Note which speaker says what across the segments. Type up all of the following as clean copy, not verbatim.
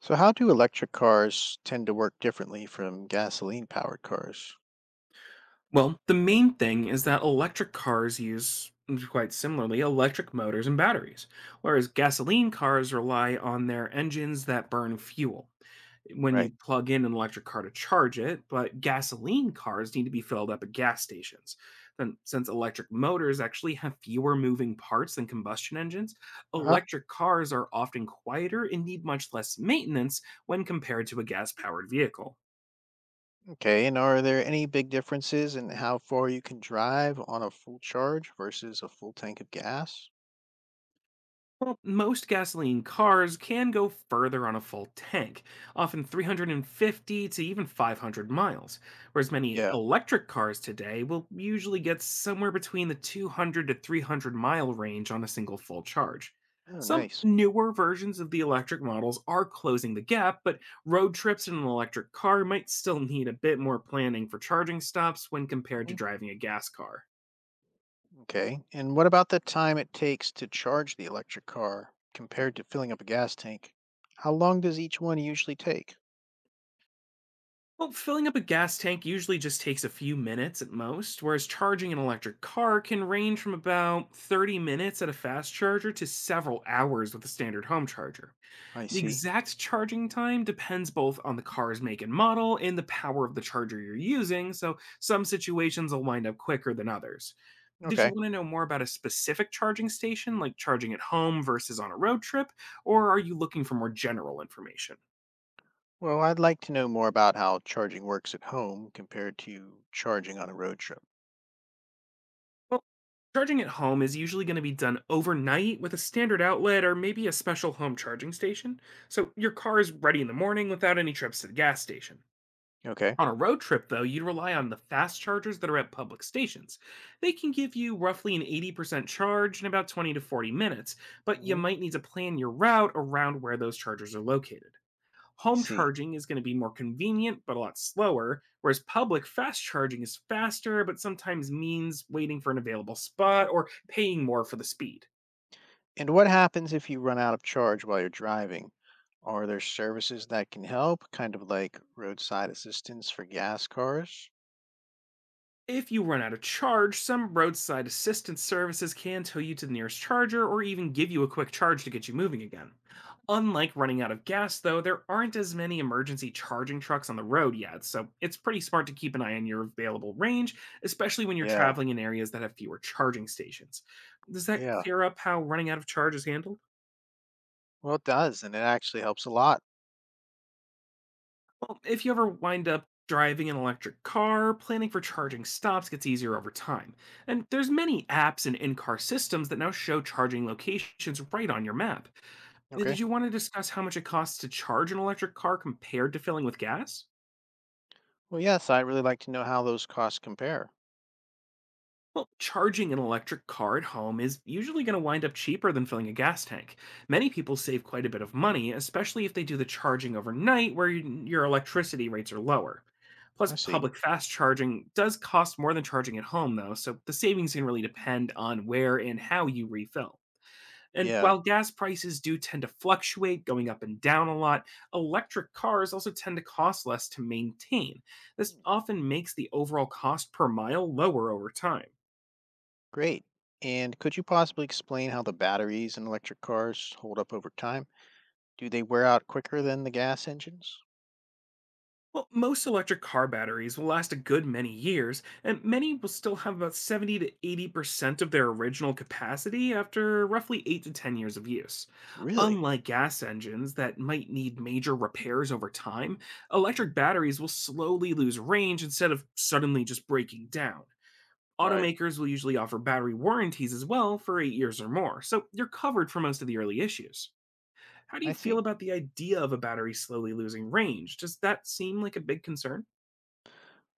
Speaker 1: So, how do electric cars tend to work differently from gasoline powered cars?
Speaker 2: Well, the main thing is that electric cars use, quite similarly, electric motors and batteries, whereas gasoline cars rely on their engines that burn fuel. When you
Speaker 1: Right.
Speaker 2: plug in an electric car to charge it, but gasoline cars need to be filled up at gas stations. Then, since electric motors actually have fewer moving parts than combustion engines,
Speaker 1: Uh huh.
Speaker 2: electric cars are often quieter and need much less maintenance when compared to a gas powered vehicle.
Speaker 1: Okay. And are there any big differences in how far you can drive on a full charge versus a full tank of gas?
Speaker 2: Well, most gasoline cars can go further on a full tank, often 350 to even 500 miles, whereas many
Speaker 1: Yeah.
Speaker 2: electric cars today will usually get somewhere between the 200 to 300 mile range on a single full charge.
Speaker 1: Oh,
Speaker 2: Some
Speaker 1: nice.
Speaker 2: newer versions of the electric models are closing the gap, but road trips in an electric car might still need a bit more planning for charging stops when compared to
Speaker 1: Mm,
Speaker 2: driving a gas car.
Speaker 1: okay. And what about the time it takes to charge the electric car compared to filling up a gas tank? How long does each one usually take?
Speaker 2: Well, filling up a gas tank usually just takes a few minutes at most, whereas charging an electric car can range from about 30 minutes at a fast charger to several hours with a standard home charger.
Speaker 1: I
Speaker 2: The
Speaker 1: see.
Speaker 2: exact charging time depends both on the car's make and model and the power of the charger you're using, so some situations will wind up quicker than others. Did you
Speaker 1: Okay.
Speaker 2: want to know more about a specific charging station, like charging at home versus on a road trip, or are you looking for more general information?
Speaker 1: Well, I'd like to know more about how charging works at home compared to charging on a road trip.
Speaker 2: Charging at home is usually going to be done overnight with a standard outlet or maybe a special home charging station, so your car is ready in the morning without any trips to the gas station.
Speaker 1: Okay.
Speaker 2: On a road trip, though, you'd rely on the fast chargers that are at public stations. They can give you roughly an 80% charge in about 20 to 40 minutes, but you
Speaker 1: Mhm.
Speaker 2: might need to plan your route around where those chargers are located.
Speaker 1: I
Speaker 2: Home
Speaker 1: see.
Speaker 2: charging is going to be more convenient, but a lot slower, whereas public fast charging is faster, but sometimes means waiting for an available spot or paying more for the speed.
Speaker 1: And what happens if you run out of charge while you're driving? Are there services that can help, kind of like roadside assistance for gas cars?
Speaker 2: If you run out of charge, some roadside assistance services can tow you to the nearest charger or even give you a quick charge to get you moving again. Unlike running out of gas, though, there aren't as many emergency charging trucks on the road yet, so it's pretty smart to keep an eye on your available range, especially when you're
Speaker 1: Yeah,
Speaker 2: traveling in areas that have fewer charging stations. Does that
Speaker 1: yeah.
Speaker 2: clear up how running out of charge is handled?
Speaker 1: Well, it does, and it actually helps a lot.
Speaker 2: Well, if you ever wind up driving an electric car, planning for charging stops gets easier over time. And there's many apps and in-car systems that now show charging locations right on your map. Now, did
Speaker 1: Okay.
Speaker 2: you want to discuss how much it costs to charge an electric car compared to filling with gas?
Speaker 1: Well, yes, I'd really like to know how those costs compare.
Speaker 2: Well, charging an electric car at home is usually going to wind up cheaper than filling a gas tank. Many people save quite a bit of money, especially if they do the charging overnight where your electricity rates are lower. Plus,
Speaker 1: I see.
Speaker 2: public fast charging does cost more than charging at home, though, so the savings can really depend on where and how you refill. And
Speaker 1: Yeah,
Speaker 2: while gas prices do tend to fluctuate, going up and down a lot, electric cars also tend to cost less to maintain. This often makes the overall cost per mile lower over time.
Speaker 1: great. And could you possibly explain how the batteries in electric cars hold up over time? Do they wear out quicker than the gas engines?
Speaker 2: Well, most electric car batteries will last a good many years, and many will still have about 70 to 80% of their original capacity after roughly 8 to 10 years of use.
Speaker 1: Really?
Speaker 2: Unlike gas engines that might need major repairs over time, electric
Speaker 1: Hmm.
Speaker 2: batteries will slowly lose range instead of suddenly just breaking down.
Speaker 1: Right.
Speaker 2: Automakers will usually offer battery warranties as well for 8 years or more, so you're covered for most of the early issues. How do you
Speaker 1: I
Speaker 2: feel
Speaker 1: see.
Speaker 2: about the idea of a battery slowly losing range? Does that seem like a big concern?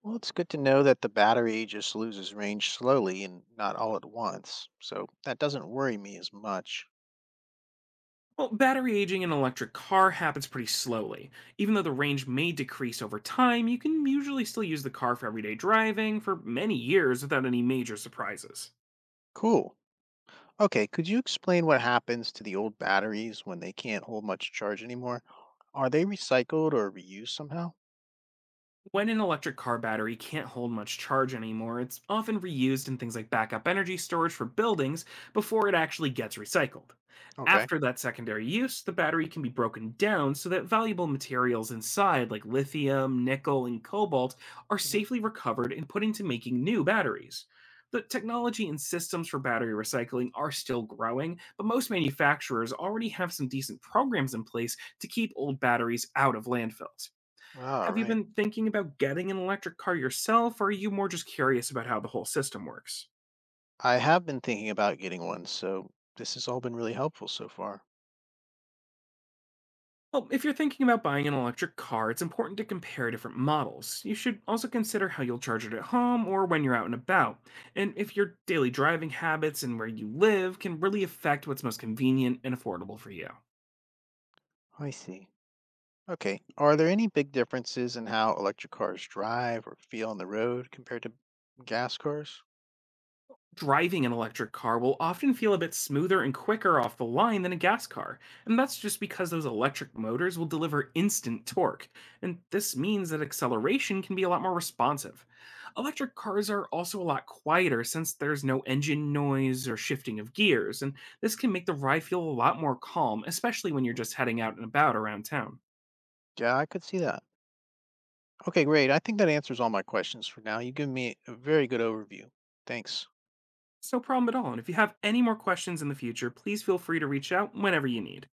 Speaker 1: Well, it's good to know that the battery just loses range slowly and not all at once, so that doesn't worry me as much.
Speaker 2: Well, battery aging in an electric car happens pretty slowly. Even though the range may decrease over time, you can usually still use the car for everyday driving for many years without any major surprises.
Speaker 1: Cool. Okay, could you explain what happens to the old batteries when they can't hold much charge anymore? Are they recycled or reused somehow?
Speaker 2: When an electric car battery can't hold much charge anymore, it's often reused in things like backup energy storage for buildings before it actually gets recycled.
Speaker 1: Okay.
Speaker 2: After that secondary use, the battery can be broken down so that valuable materials inside, like lithium, nickel, and cobalt, are
Speaker 1: Mhm.
Speaker 2: safely recovered and put into making new batteries. The technology and systems for battery recycling are still growing, but most manufacturers already have some decent programs in place to keep old batteries out of landfills.
Speaker 1: All
Speaker 2: Have you
Speaker 1: right.
Speaker 2: been thinking about getting an electric car yourself, or are you more just curious about how the whole system works?
Speaker 1: I have been thinking about getting one, so this has all been really helpful so far.
Speaker 2: Well, if you're thinking about buying an electric car, it's important to compare different models. You should also consider how you'll charge it at home or when you're out and about. And if your daily driving habits and where you live can really affect what's most convenient and affordable for you.
Speaker 1: I see. Okay. Are there any big differences in how electric cars drive or feel on the road compared to gas cars?
Speaker 2: Driving an electric car will often feel a bit smoother and quicker off the line than a gas car, and that's just because those electric motors will deliver instant torque, and this means that acceleration can be a lot more responsive. Electric cars are also a lot quieter since there's no engine noise or shifting of gears, and this can make the ride feel a lot more calm, especially when you're just heading out and about around town.
Speaker 1: Yeah, I could see that. Okay, great. I think that answers all my questions for now. You give me a very good overview. Thanks.
Speaker 2: It's no problem at all, and if you have any more questions in the future, please feel free to reach out whenever you need.